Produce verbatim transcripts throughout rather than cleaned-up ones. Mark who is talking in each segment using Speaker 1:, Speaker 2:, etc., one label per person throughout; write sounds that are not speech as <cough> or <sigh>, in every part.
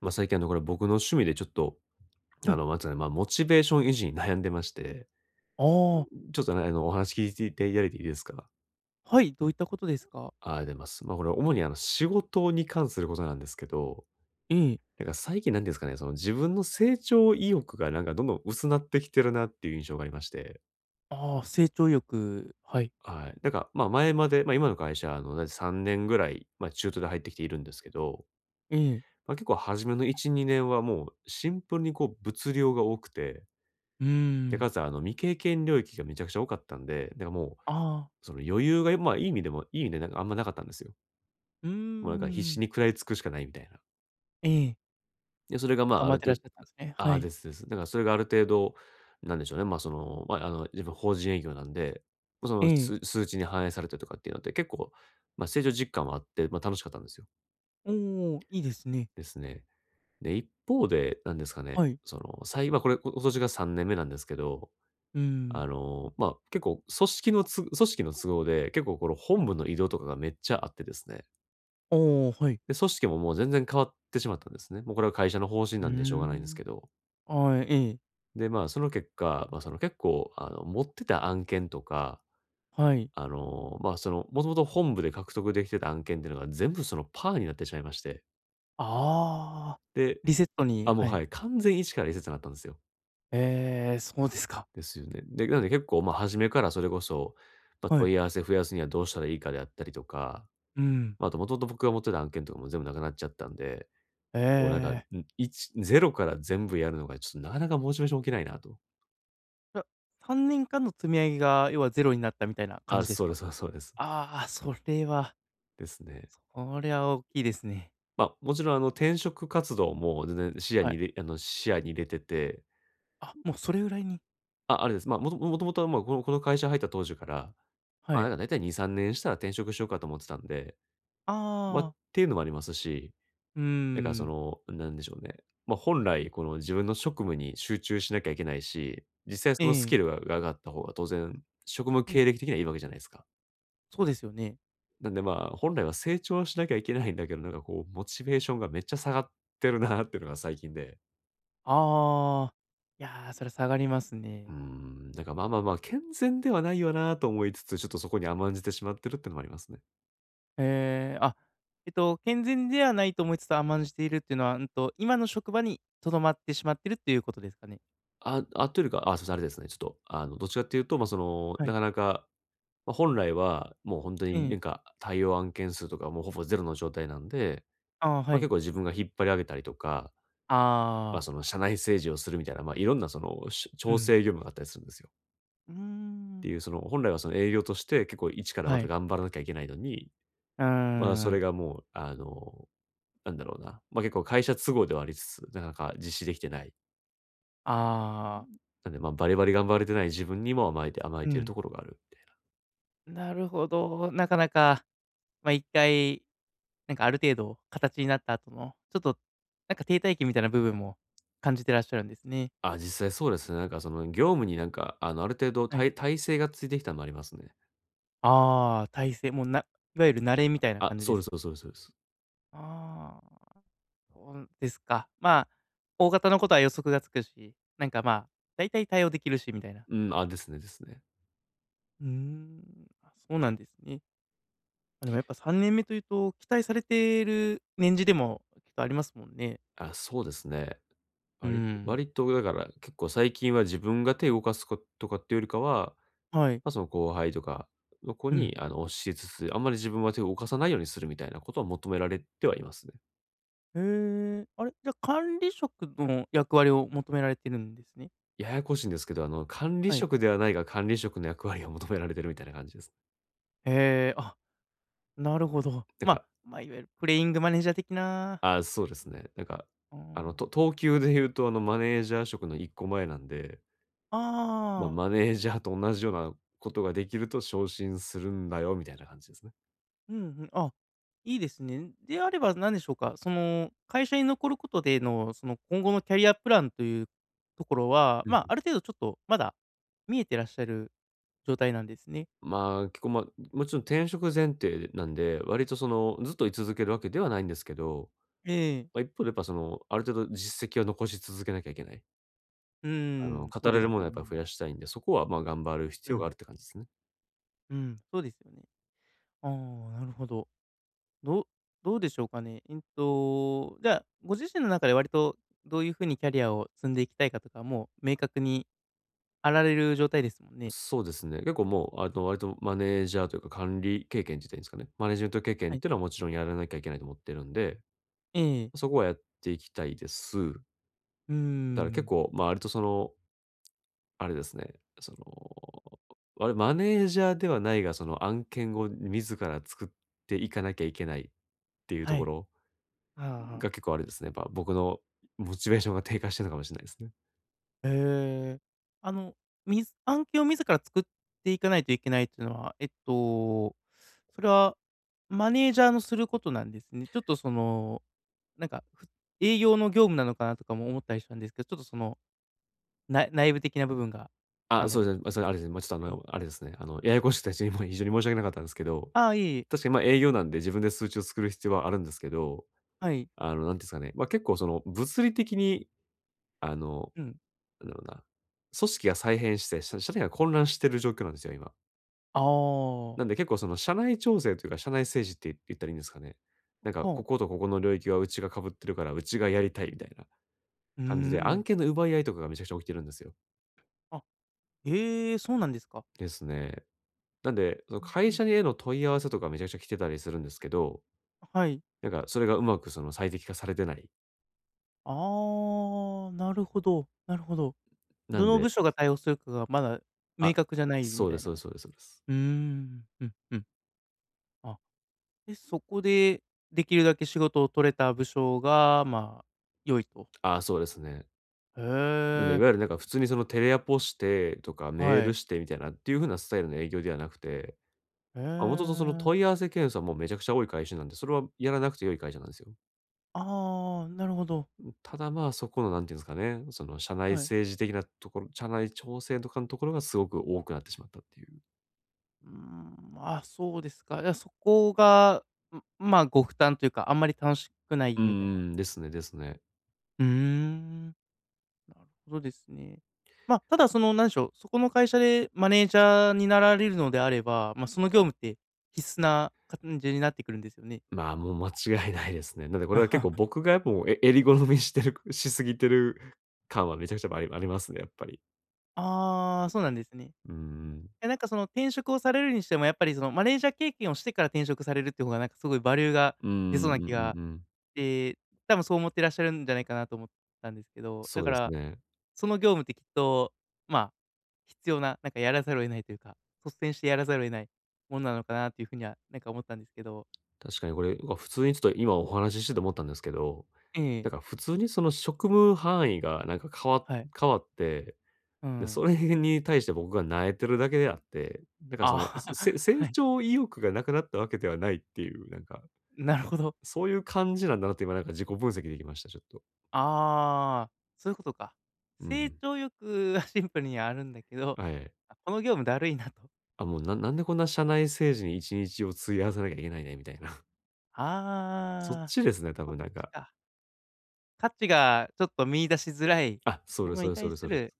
Speaker 1: まあ、最近あの、これ僕の趣味でちょっと、
Speaker 2: は
Speaker 1: あ
Speaker 2: い。
Speaker 1: の、なんつうかね、まあ、モチベーション維持に悩んでまして、
Speaker 2: ああ、
Speaker 1: ちょっとね、あの、お話聞いていただいていいですか？
Speaker 2: はい、どういったことですか？
Speaker 1: あ、あ出ます。まあ、これ主にあの、仕事に関することなんですけど、
Speaker 2: ええ。
Speaker 1: なんか最近なんていうんですかね、その自分の成長意欲がなんかどんどん薄なってきてるなっていう印象がありまして。
Speaker 2: ああ、成長欲。はい。
Speaker 1: はい。なんか、ま、前まで、ま、今の会社、あの、だいたいさんねんぐらい、ま、中途で入ってきているんですけど、
Speaker 2: ええ。
Speaker 1: ま、結構初めのいち、にねんはもうシンプルにこう物量が多くて。
Speaker 2: うー
Speaker 1: で、
Speaker 2: ん。
Speaker 1: かつあの、未経験領域がめちゃくちゃ多かったんで、だからもう、
Speaker 2: ああ、
Speaker 1: その余裕が、まあ、いい意味でも、いい意味でなんかあんまなかったんですよ。
Speaker 2: うー
Speaker 1: もうなんか必死
Speaker 2: ん。
Speaker 1: に食らいつくしかないみたいな。
Speaker 2: ええ、
Speaker 1: で、それがま
Speaker 2: 頑
Speaker 1: あ、あ
Speaker 2: 張っ
Speaker 1: る
Speaker 2: てら
Speaker 1: 程
Speaker 2: っし
Speaker 1: 度、
Speaker 2: ゃったんですね。は
Speaker 1: ああ、
Speaker 2: い。
Speaker 1: ですです。だからそれがある程度、なんでしょうね、まあ、その、まあ、あの、自分法人営業なんで、ま、そ
Speaker 2: え
Speaker 1: の、数
Speaker 2: え。
Speaker 1: 数値に反映されてとかっていうのって結構、まあ、成長実感はあって、まあ、楽しかったんですよ。
Speaker 2: おお、いいですね。
Speaker 1: ですね。で、一方で、なんですかね、
Speaker 2: はい。
Speaker 1: その、最いまこれ、今年がさんねんめなんですけど、
Speaker 2: うーん。
Speaker 1: あの、まあ、結構組織のつ組織の都合で、結構この本
Speaker 2: あ、
Speaker 1: 部の移動とかがめっちゃあってですね。
Speaker 2: おはい。
Speaker 1: で、組織ももう全然変わってしまったんですね。もうこれは会社の方針
Speaker 2: うー
Speaker 1: なんでしょうがないんです
Speaker 2: ん。
Speaker 1: けど。
Speaker 2: はい、ええ、
Speaker 1: で、まあ、その結果、まあ、その結構、あの、持ってた案件とか、
Speaker 2: はい。
Speaker 1: あの、まあ、その、もともと本部で獲得できてた案件っていうのが全部そのパーになってしまいまして。
Speaker 2: ああ、
Speaker 1: で、
Speaker 2: リセットに、
Speaker 1: あ、もう
Speaker 2: はい。
Speaker 1: はい、完全一から一節になったんですよ。
Speaker 2: ええ、そうですか。
Speaker 1: ですよね。で、なので結構、まあ、初めからそれこそ、まあ、
Speaker 2: はい。
Speaker 1: 問い合わせ増やすにはどうしたらいいかであったりとか、
Speaker 2: うん。
Speaker 1: ま、あと、もともと僕が持ってた案件とかも全部なくなっちゃったんで、こうなんか、ん、
Speaker 2: ええ。
Speaker 1: ゼロから全部やるのがちょっとなかなかモチベーション起きないなと。
Speaker 2: じゃ、さんねんかんの積み上げが、要はゼロになったみたいな感
Speaker 1: あ、
Speaker 2: じです
Speaker 1: そうで
Speaker 2: か？
Speaker 1: す、そうそうです。
Speaker 2: ああ、それは、
Speaker 1: ですね。
Speaker 2: それは大きいですね。
Speaker 1: ま、もちろんあの転職活動も全然視野
Speaker 2: は
Speaker 1: に
Speaker 2: い。
Speaker 1: 入れあの、視野に入れてて、
Speaker 2: あ、もうそれぐらいに、
Speaker 1: あ、あれです。ま、もともともとは、ま、このこの会社入った当時から、
Speaker 2: は
Speaker 1: ま、な
Speaker 2: い。
Speaker 1: んか大体に、さんねんしたら転職しようかと思ってたんで、ま、っ
Speaker 2: ああ、
Speaker 1: ていうのもありますし、
Speaker 2: うー
Speaker 1: だからそ
Speaker 2: ん。
Speaker 1: の、なんでしょうね。ま、本来この自分の職務に集中しなきゃいけないし、実際
Speaker 2: え
Speaker 1: そのス
Speaker 2: え。
Speaker 1: キルがが上がった方が当然、職務
Speaker 2: うん、
Speaker 1: 経歴的にはいいわけじゃないですか。
Speaker 2: そうですよね。
Speaker 1: なんでまあ、本来は成長しなきゃいけないんだけど、なんかこうモチベーションがめっちゃ下がってるなっていうのが最近で。
Speaker 2: ああ、いやー、それは下がります
Speaker 1: う
Speaker 2: ね。
Speaker 1: ーん、だからまあまあまあ、健全ではないよなと思いつつ、ちょっとそこに甘んじてしまってるってのもありますね。
Speaker 2: ええ、あ、えっと、健全ではないと思いつつ甘んじているっていうのは、うんと、今の職場にとどまってしまってるっていうことですかね？
Speaker 1: ああ、というか、あ、そいあれですね、ちょっとあの、どっちかっていうと、ま、その、
Speaker 2: は
Speaker 1: な
Speaker 2: い。
Speaker 1: かなか、まあ、本来は、もう本当に
Speaker 2: え
Speaker 1: な
Speaker 2: え。
Speaker 1: んか、対応案件数とかもうほぼゼロの状態なんで、
Speaker 2: ああ、は
Speaker 1: まあ、
Speaker 2: い。
Speaker 1: 結構自分が引っ張り上げたりとか、まあ、
Speaker 2: ああ、
Speaker 1: その社内政治をするみたいな、まあ、いろんなその、し
Speaker 2: う
Speaker 1: 調
Speaker 2: ん。
Speaker 1: 整業務があったりするんですよ。
Speaker 2: うー
Speaker 1: って
Speaker 2: ん。
Speaker 1: いうその、本来はその営業として結構一から
Speaker 2: は
Speaker 1: また
Speaker 2: い。
Speaker 1: 頑張らなきゃいけないのに、
Speaker 2: うー
Speaker 1: まあ、それ
Speaker 2: ん。
Speaker 1: がもう、あの、なんだろうな、まあ、結構会社都合ではありつつ、なかなか実施できてない。
Speaker 2: ああ、
Speaker 1: なんで、まあ、バリバリ頑張れてない自分にも甘えて甘
Speaker 2: う
Speaker 1: えてる
Speaker 2: ん。
Speaker 1: ところがあるみたいな。
Speaker 2: なるほど、なかなか、ま、一回、なんかある程度形になった後の、ちょっとなんか停滞期みたいな部分も感じてらっしゃるんですね。
Speaker 1: あ、実際そうですね。なんかその業務になんか、あの、ある程度
Speaker 2: は
Speaker 1: た
Speaker 2: い。
Speaker 1: 体制がついてきたのもありますね。
Speaker 2: ああ、体勢、もうな、いわゆる慣れみたいな
Speaker 1: あ、
Speaker 2: 感じで
Speaker 1: そうで
Speaker 2: す
Speaker 1: す
Speaker 2: か？
Speaker 1: そうですそうですそうです。
Speaker 2: ああ、そうですか。まあ、大方のことは予測がつくし、なんかまあ、大体対応できるしみたいな。
Speaker 1: うん、あ、ですねですね。
Speaker 2: うーん、あ、そうなんですね。まあでもやっぱさんねんめというと、期待されている年次でもきっとありますもんね。
Speaker 1: あ、そうですね。
Speaker 2: うー
Speaker 1: 割
Speaker 2: ん。
Speaker 1: 割とだから結構最近は自分が手を動かすことかっていうよりかは、
Speaker 2: はい。
Speaker 1: まあ、その後輩とかの子
Speaker 2: うん
Speaker 1: に、あの、教えつつ、あんまり自分は手を動かさないようにするみたいなことは求められてはいますね。
Speaker 2: へえ、あれ、じゃ、管理職の役割を求められてるんですね。
Speaker 1: ややこしいんですけど、あの、管理
Speaker 2: はい。
Speaker 1: 職ではないが管理職の役割を求められてるみたいな感じです。
Speaker 2: へえ、あ、なるほど。
Speaker 1: なん
Speaker 2: まあ、
Speaker 1: か
Speaker 2: まあ、いわゆるプレイングマネージャー的な、
Speaker 1: あ、そうですね。なんか、
Speaker 2: あ
Speaker 1: あ
Speaker 2: ー
Speaker 1: の、と等級で言うと、あの、マネージャー職の一個前なんで、まあ、
Speaker 2: ああ、
Speaker 1: マネージャーと同じようなことができると昇進するんだよみたいな感じですね。
Speaker 2: うんうん、あ、いいですね。であれば何でしょうか、その、会社に残ることでの、その、今後のキャリアプランというところは、
Speaker 1: うんう
Speaker 2: ま
Speaker 1: ん。
Speaker 2: あ、ある程度ちょっとまだ見えてらっしゃる状態なんですね。
Speaker 1: まあ、結構、まあ、もちろん転職前提なんで、割とその、ずっと居続けるわけではないんですけど、
Speaker 2: ええ、
Speaker 1: まあ、一方でやっぱその、ある程度実績を残し続けなきゃいけない。
Speaker 2: う
Speaker 1: あの、
Speaker 2: ん、そう
Speaker 1: 語れ
Speaker 2: です
Speaker 1: るもの
Speaker 2: よ
Speaker 1: はやっぱ
Speaker 2: ね。
Speaker 1: 増やしたいんで、そこは、ま、頑張る
Speaker 2: う
Speaker 1: 必要が
Speaker 2: ん、
Speaker 1: あるって感じですね。
Speaker 2: うん、そうですよね。ああ、なるほど。どうどうでしょうかね。えっと、じゃあ、ご自身の中で割とどういう風にキャリアを積んでいきたいかとか、もう明確にあられる状態ですもんね。
Speaker 1: そうですね。結構もう、あの、割とマネージャーというか管理経験って言ったらいいんですかね。マネジメント経
Speaker 2: は
Speaker 1: 験っ
Speaker 2: い。
Speaker 1: ていうのはもちろんやらなきゃいけないと思ってるんで、
Speaker 2: ええ。
Speaker 1: そこはやっていきたいです。
Speaker 2: うー
Speaker 1: だから結
Speaker 2: ん。
Speaker 1: 構、ま、割とそのあれですね、その、あれ、マネージャーではないが、その案件を自ら作っていかなきゃいけないっていうと
Speaker 2: は
Speaker 1: こ
Speaker 2: い。
Speaker 1: ろ
Speaker 2: ああはあ。
Speaker 1: が結構あれですね、やっぱ僕のモチベーションが低下してるのかもしれないですね。
Speaker 2: へえ。あの、みず案件を自ら作っていかないといけないっていうのは、えっと、それはマネージャーのすることなんですね。ちょっとその、なんか、ふ営業の業務なのかなとかも思ったりしたんですけど、ちょっとその、な内部的な部分が、あ
Speaker 1: あ、そう
Speaker 2: の
Speaker 1: ですね、ま、それあれですね、まあ、ちょっとあの、あれですね、あの、ややこしくて非常にもう非常に申し訳なかったんですけど、
Speaker 2: ああ、いえいえ。
Speaker 1: 確かに、ま、営業なんで自分で数値を作る必要はあるんですけど、
Speaker 2: はい。
Speaker 1: あの、なんていうんですかね、ま、結構その物理的に、あの、
Speaker 2: うん。
Speaker 1: なんだろうな、組織が再編して、社社内が混乱してる状況なんですよ、今。
Speaker 2: ああ、は
Speaker 1: なんで結構その社内調整というか、社内政治って言ったらいいんですかね。なんか
Speaker 2: あ。
Speaker 1: こことここの領域はうちが被ってるから、うちがやりたいみたいな
Speaker 2: うん
Speaker 1: 感じ
Speaker 2: う
Speaker 1: で、案
Speaker 2: ん。
Speaker 1: 件の奪い合いとかがめちゃくちゃ起きてるんですよ。
Speaker 2: あ、ええ、そうなんですか。
Speaker 1: ですね。なんで、その
Speaker 2: うん
Speaker 1: 会
Speaker 2: うん。
Speaker 1: 社にへの問い合わせとかめちゃくちゃ来てたりするんですけど、
Speaker 2: はい。
Speaker 1: なんかそれがうまくその最適化されてない。
Speaker 2: ああ、なるほど、なるほど。
Speaker 1: な
Speaker 2: ど
Speaker 1: ん
Speaker 2: の部
Speaker 1: で、
Speaker 2: 署が対応するかがまだ明
Speaker 1: あ、
Speaker 2: 確じゃないみ
Speaker 1: そう
Speaker 2: た
Speaker 1: で
Speaker 2: い
Speaker 1: す
Speaker 2: な。
Speaker 1: そうですそうですそうです。
Speaker 2: うーん、うんうん。あ、で、そこでできるだけ仕事を取れた部署が、まあ、良いと。
Speaker 1: ああ、そうですね。
Speaker 2: へ
Speaker 1: なんで、い
Speaker 2: え、
Speaker 1: わゆるなんか普通にそのテレアポしてとかメー
Speaker 2: は
Speaker 1: ル
Speaker 2: い。
Speaker 1: してみたいなっていう風なスタイルの営業ではなくて、
Speaker 2: へ
Speaker 1: あ、もともとその
Speaker 2: え。
Speaker 1: 問い合わせ件数はもうめちゃくちゃ多い会社なんで、それはやらなくて良い会社なんですよ。
Speaker 2: ああ、なるほど。
Speaker 1: ただまあ、そこの何て言うんですかね、その社内
Speaker 2: はい。
Speaker 1: 政治的なところ、社内調整とかのところがすごく多くなってしまったっていう。
Speaker 2: うーん、あ、そうですか。いや、そこが、ん、まあ、ご負担というか、あんまり楽しくな
Speaker 1: う
Speaker 2: い
Speaker 1: ん
Speaker 2: みたいな。
Speaker 1: うん、ですねですね。
Speaker 2: うーん、なるほどですね。まあ、ただその、なんでしょう、そこの会社でマネージャーになられるのであれば、まあ、その業務って必須な感じになってくるんですよね。
Speaker 1: まあ、もう間違いないですね。なんでこれは結構
Speaker 2: <laughs>
Speaker 1: 僕がやっぱもうえ襟好みしてるしすぎてる感はめちゃくちゃありありますね、やっぱり。
Speaker 2: ああ、そうなんですね。
Speaker 1: うんうん。
Speaker 2: え、なんかその転職をされるにしても、やっぱりそのマネージャー経験をしてから転職されるっていう方がなんかすごいバリューが
Speaker 1: う
Speaker 2: 出
Speaker 1: ん
Speaker 2: そ
Speaker 1: うんう
Speaker 2: う
Speaker 1: ん
Speaker 2: な
Speaker 1: う
Speaker 2: 気
Speaker 1: ん
Speaker 2: が
Speaker 1: うん、
Speaker 2: して、多分そう思ってらっしゃるんじゃないかなと思ったんですけど、だ
Speaker 1: そう
Speaker 2: か
Speaker 1: です
Speaker 2: ら
Speaker 1: ね。
Speaker 2: その業務ってきっと、まあ、必要な、なんかやらざるを得ないというか、率先してやらざるを得ないものなのかなっていうふうには、なんか思ったんですけど。
Speaker 1: 確かにこれ、普通にちょっと今お話ししてて思ったんですけど、
Speaker 2: ええ、
Speaker 1: だから普通にその職務範囲がなんか変わ
Speaker 2: はい。
Speaker 1: 変わって、
Speaker 2: う
Speaker 1: で、
Speaker 2: ん。
Speaker 1: それに対して僕が萎えてるだけであって、だからその、
Speaker 2: あ
Speaker 1: せ
Speaker 2: あ、<laughs>
Speaker 1: 成
Speaker 2: はい。
Speaker 1: 長意欲がなくなったわけではないっていう、なんか、
Speaker 2: なるほど。
Speaker 1: そういう感じなんだなって今なんか自己分析できました、ちょっと。
Speaker 2: ああ、そういうことか。
Speaker 1: うんう
Speaker 2: 成
Speaker 1: ん。
Speaker 2: 長欲はシンプルにはあるんだけど、
Speaker 1: はい。
Speaker 2: あ、この業務だるいなと。
Speaker 1: あ、もうななんでこんな社内政治にいちにちを費やさなきゃいけないねみたいな。<laughs> そっ
Speaker 2: ああ、
Speaker 1: ちですね、多
Speaker 2: そっ
Speaker 1: 分なん
Speaker 2: ち
Speaker 1: か。
Speaker 2: か。価値がちょっと見出しづらい
Speaker 1: あ、そ
Speaker 2: も
Speaker 1: れ
Speaker 2: の
Speaker 1: そ
Speaker 2: に
Speaker 1: れそ
Speaker 2: 対
Speaker 1: れ
Speaker 2: す
Speaker 1: それ。
Speaker 2: る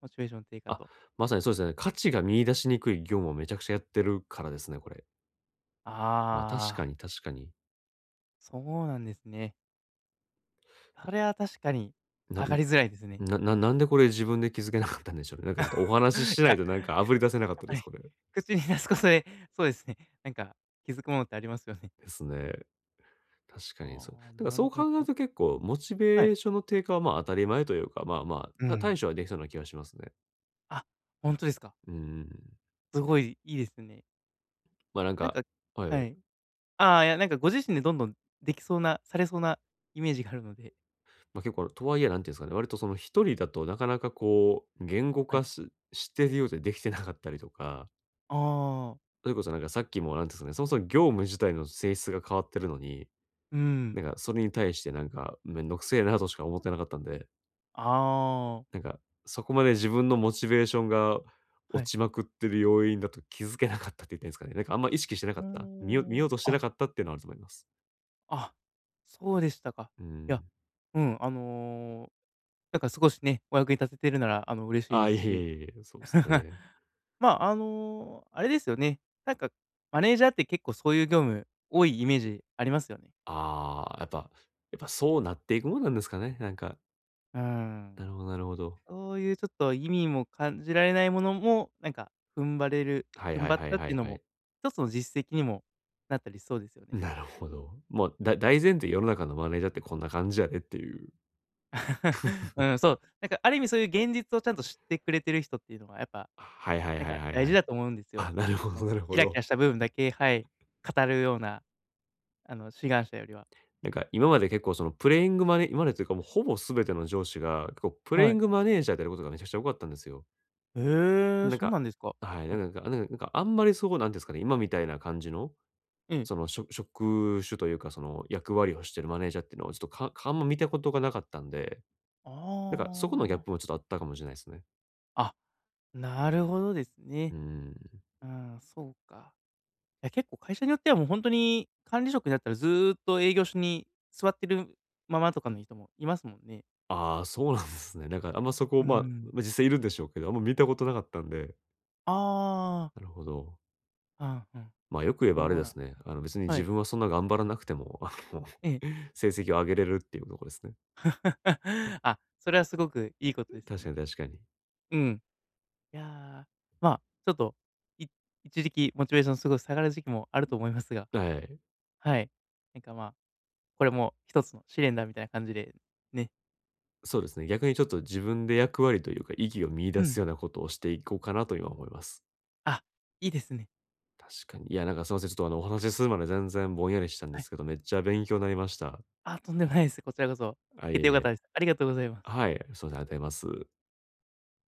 Speaker 2: モチベーション低下
Speaker 1: あ、
Speaker 2: と。
Speaker 1: まさにそうですね。価値が見出しにくい業務をめちゃくちゃやってるからですね、これ。あ、確
Speaker 2: あ
Speaker 1: か
Speaker 2: あ、
Speaker 1: に確かに。
Speaker 2: そうなんですね。それは確かに
Speaker 1: な
Speaker 2: 上がりづらいですね。
Speaker 1: なななんでこれ自分で気づけなかったんでしょうね。なんかちょっとお話し
Speaker 2: <laughs> い
Speaker 1: しない
Speaker 2: や、や
Speaker 1: となんかあぶり出せなかっ
Speaker 2: っ
Speaker 1: た
Speaker 2: ぱ
Speaker 1: で
Speaker 2: り
Speaker 1: す、これ。
Speaker 2: 口に出すことで、そうですね、なんか気づくものってありますよね。
Speaker 1: ですね。確
Speaker 2: <laughs>
Speaker 1: かにそう。
Speaker 2: ああ、
Speaker 1: なんか
Speaker 2: な
Speaker 1: そ
Speaker 2: る
Speaker 1: う
Speaker 2: ほ
Speaker 1: 考える
Speaker 2: ど。
Speaker 1: と結構モチ
Speaker 2: は
Speaker 1: ベ
Speaker 2: い。
Speaker 1: ーションの低下はまあ当たり前というか、まあま
Speaker 2: う
Speaker 1: あ、た
Speaker 2: ん。
Speaker 1: 対処はできそうな気がしますね。
Speaker 2: あ、本当ですか。
Speaker 1: うんうん。
Speaker 2: すごいいいですね。
Speaker 1: まあなん
Speaker 2: なん
Speaker 1: か、
Speaker 2: か
Speaker 1: はいはい。
Speaker 2: はい。ああ、いや、なんかご自身でどんどんできそうな、されそうなイメージがあるので、
Speaker 1: まあ結構とはいえ、なんていうんですかね、割とその一人だとなかなかこう、言語
Speaker 2: はい。
Speaker 1: 化ししてるようでできてなかったりとか、
Speaker 2: ああ、
Speaker 1: それこそなんかさっきもなんていうんですかね、そもそも業務自体の性質が変わってるのに、
Speaker 2: うん。
Speaker 1: なんかそれに対してなんかめんどくせえなとしか思ってなかったんで、
Speaker 2: ああ、
Speaker 1: なんか、そこまで自分のモチベーションが
Speaker 2: は
Speaker 1: 落
Speaker 2: い。
Speaker 1: ちまくってる要因だと気づけなかったって言ってんですかね。なんかあんま意識してなか
Speaker 2: う
Speaker 1: った、見よ見
Speaker 2: ー
Speaker 1: よ
Speaker 2: ん。
Speaker 1: うとして
Speaker 2: あ、
Speaker 1: なかったっていうのはあると思います。
Speaker 2: あ、そうでしたか。
Speaker 1: う
Speaker 2: いや、
Speaker 1: ん。
Speaker 2: うん、あのーだから少しね、お役に立ててるなら、あの、嬉しい
Speaker 1: ああ、
Speaker 2: で
Speaker 1: いえ
Speaker 2: す
Speaker 1: い
Speaker 2: し。
Speaker 1: えいえ、そうです
Speaker 2: <laughs>
Speaker 1: ね。
Speaker 2: まあ、あの、あれですよね、なんか、マネージャーって結構そういう業務多いイメージありますよね。
Speaker 1: ああ、やっぱやっぱそうなっていくもんなんですかね、なんか。
Speaker 2: うん。
Speaker 1: なるほどなるほど。
Speaker 2: そういうちょっと意味も感じられないものも、なんか踏ん張れる
Speaker 1: はい
Speaker 2: 踏ん
Speaker 1: はい
Speaker 2: 張っ
Speaker 1: はい
Speaker 2: たっ
Speaker 1: は
Speaker 2: て
Speaker 1: い
Speaker 2: いうの
Speaker 1: はい。
Speaker 2: も、一つの実績にもなったりしそうですよね。
Speaker 1: なるほど。もう、だ大前提世の中のマネージャーってこんな感じやでっていう。
Speaker 2: <laughs> うん、そう、なんかある意味そういう現実をちゃんと知ってくれてる人っていうのはやっぱ、
Speaker 1: はいはい
Speaker 2: なん
Speaker 1: は
Speaker 2: か
Speaker 1: いはい
Speaker 2: 大
Speaker 1: は
Speaker 2: 事
Speaker 1: い。
Speaker 2: だと思うんですよ。
Speaker 1: あ、なる
Speaker 2: そ
Speaker 1: ほ
Speaker 2: のなん
Speaker 1: どな
Speaker 2: か
Speaker 1: る
Speaker 2: キ
Speaker 1: ほ
Speaker 2: ラキラ
Speaker 1: ど。
Speaker 2: した部分だけ、はい、語るようなあの、志願者よりは。
Speaker 1: なんか今まで結構そのプレイングマネ今までというかもうほぼ全ての上司が、結構プレ
Speaker 2: は
Speaker 1: イン
Speaker 2: い。
Speaker 1: グマネージャーであることがめちゃくちゃ多かったんですよ。
Speaker 2: へえ、
Speaker 1: なん
Speaker 2: そう
Speaker 1: か
Speaker 2: なんですか。
Speaker 1: はい、
Speaker 2: は
Speaker 1: な
Speaker 2: い。
Speaker 1: んかなんかなんかあんまりそうなんていうんですかね、今みたいな感じの、
Speaker 2: ええ。
Speaker 1: その職職種というか、その役割をしてるマネージャーっていうのをちょっとかかあんま見たことがなかったんで、
Speaker 2: あ
Speaker 1: なんかそこのギャッ
Speaker 2: あ。
Speaker 1: プもちょっとあったかもしれないですね。
Speaker 2: あ、なるほどです
Speaker 1: う
Speaker 2: ね。
Speaker 1: ん。
Speaker 2: うん、そうか。いや、結構会社によってはもうほんとに管理職になったらずっと営業所に座ってるままとかの人もいますもんね。
Speaker 1: ああ、そうなんですね。なんかあんまそ
Speaker 2: う
Speaker 1: こ、
Speaker 2: ー
Speaker 1: まあ、
Speaker 2: ん。
Speaker 1: ま、実際いるんでしょうけど、あんま見たことなかったんで、
Speaker 2: ああ、
Speaker 1: なるほど。
Speaker 2: ああ、うん。
Speaker 1: まあ、よく言えばあれ
Speaker 2: そう
Speaker 1: で
Speaker 2: なん
Speaker 1: すね。あの、別に
Speaker 2: は
Speaker 1: 自
Speaker 2: い。
Speaker 1: 分はそんな頑張らなくても、あの
Speaker 2: ええ。
Speaker 1: <laughs>、成績を上げれるっていうところですね。
Speaker 2: <laughs> あ、それはすごくいいことです
Speaker 1: 確か
Speaker 2: ね。
Speaker 1: に確かに。
Speaker 2: うん。いや、まあ、ちょっと、い一時期モチベーションすごい下がる時期もあると思いますが
Speaker 1: はい。
Speaker 2: はい。なんか、まあ、これも一つの試練だみたいな感じで、ね。
Speaker 1: そうですね。逆にちょっと自分で役割というか、意義を見
Speaker 2: う
Speaker 1: 出す
Speaker 2: ん。
Speaker 1: ようなことをしていこうかなと今思います。
Speaker 2: あ、いいですね。
Speaker 1: 確かに。いや、なんかすいません。ちょっとあの、お話しするまで全然ぼんやりしたんで
Speaker 2: はい。
Speaker 1: すけど、めっちゃ勉強になりました。
Speaker 2: あ、とんでもないです。こちらこそ。聞
Speaker 1: あ、い
Speaker 2: け
Speaker 1: え
Speaker 2: て良か
Speaker 1: い
Speaker 2: っ
Speaker 1: え。
Speaker 2: たです。ありがとうございます。
Speaker 1: はい、そうですね、ありがとうございます。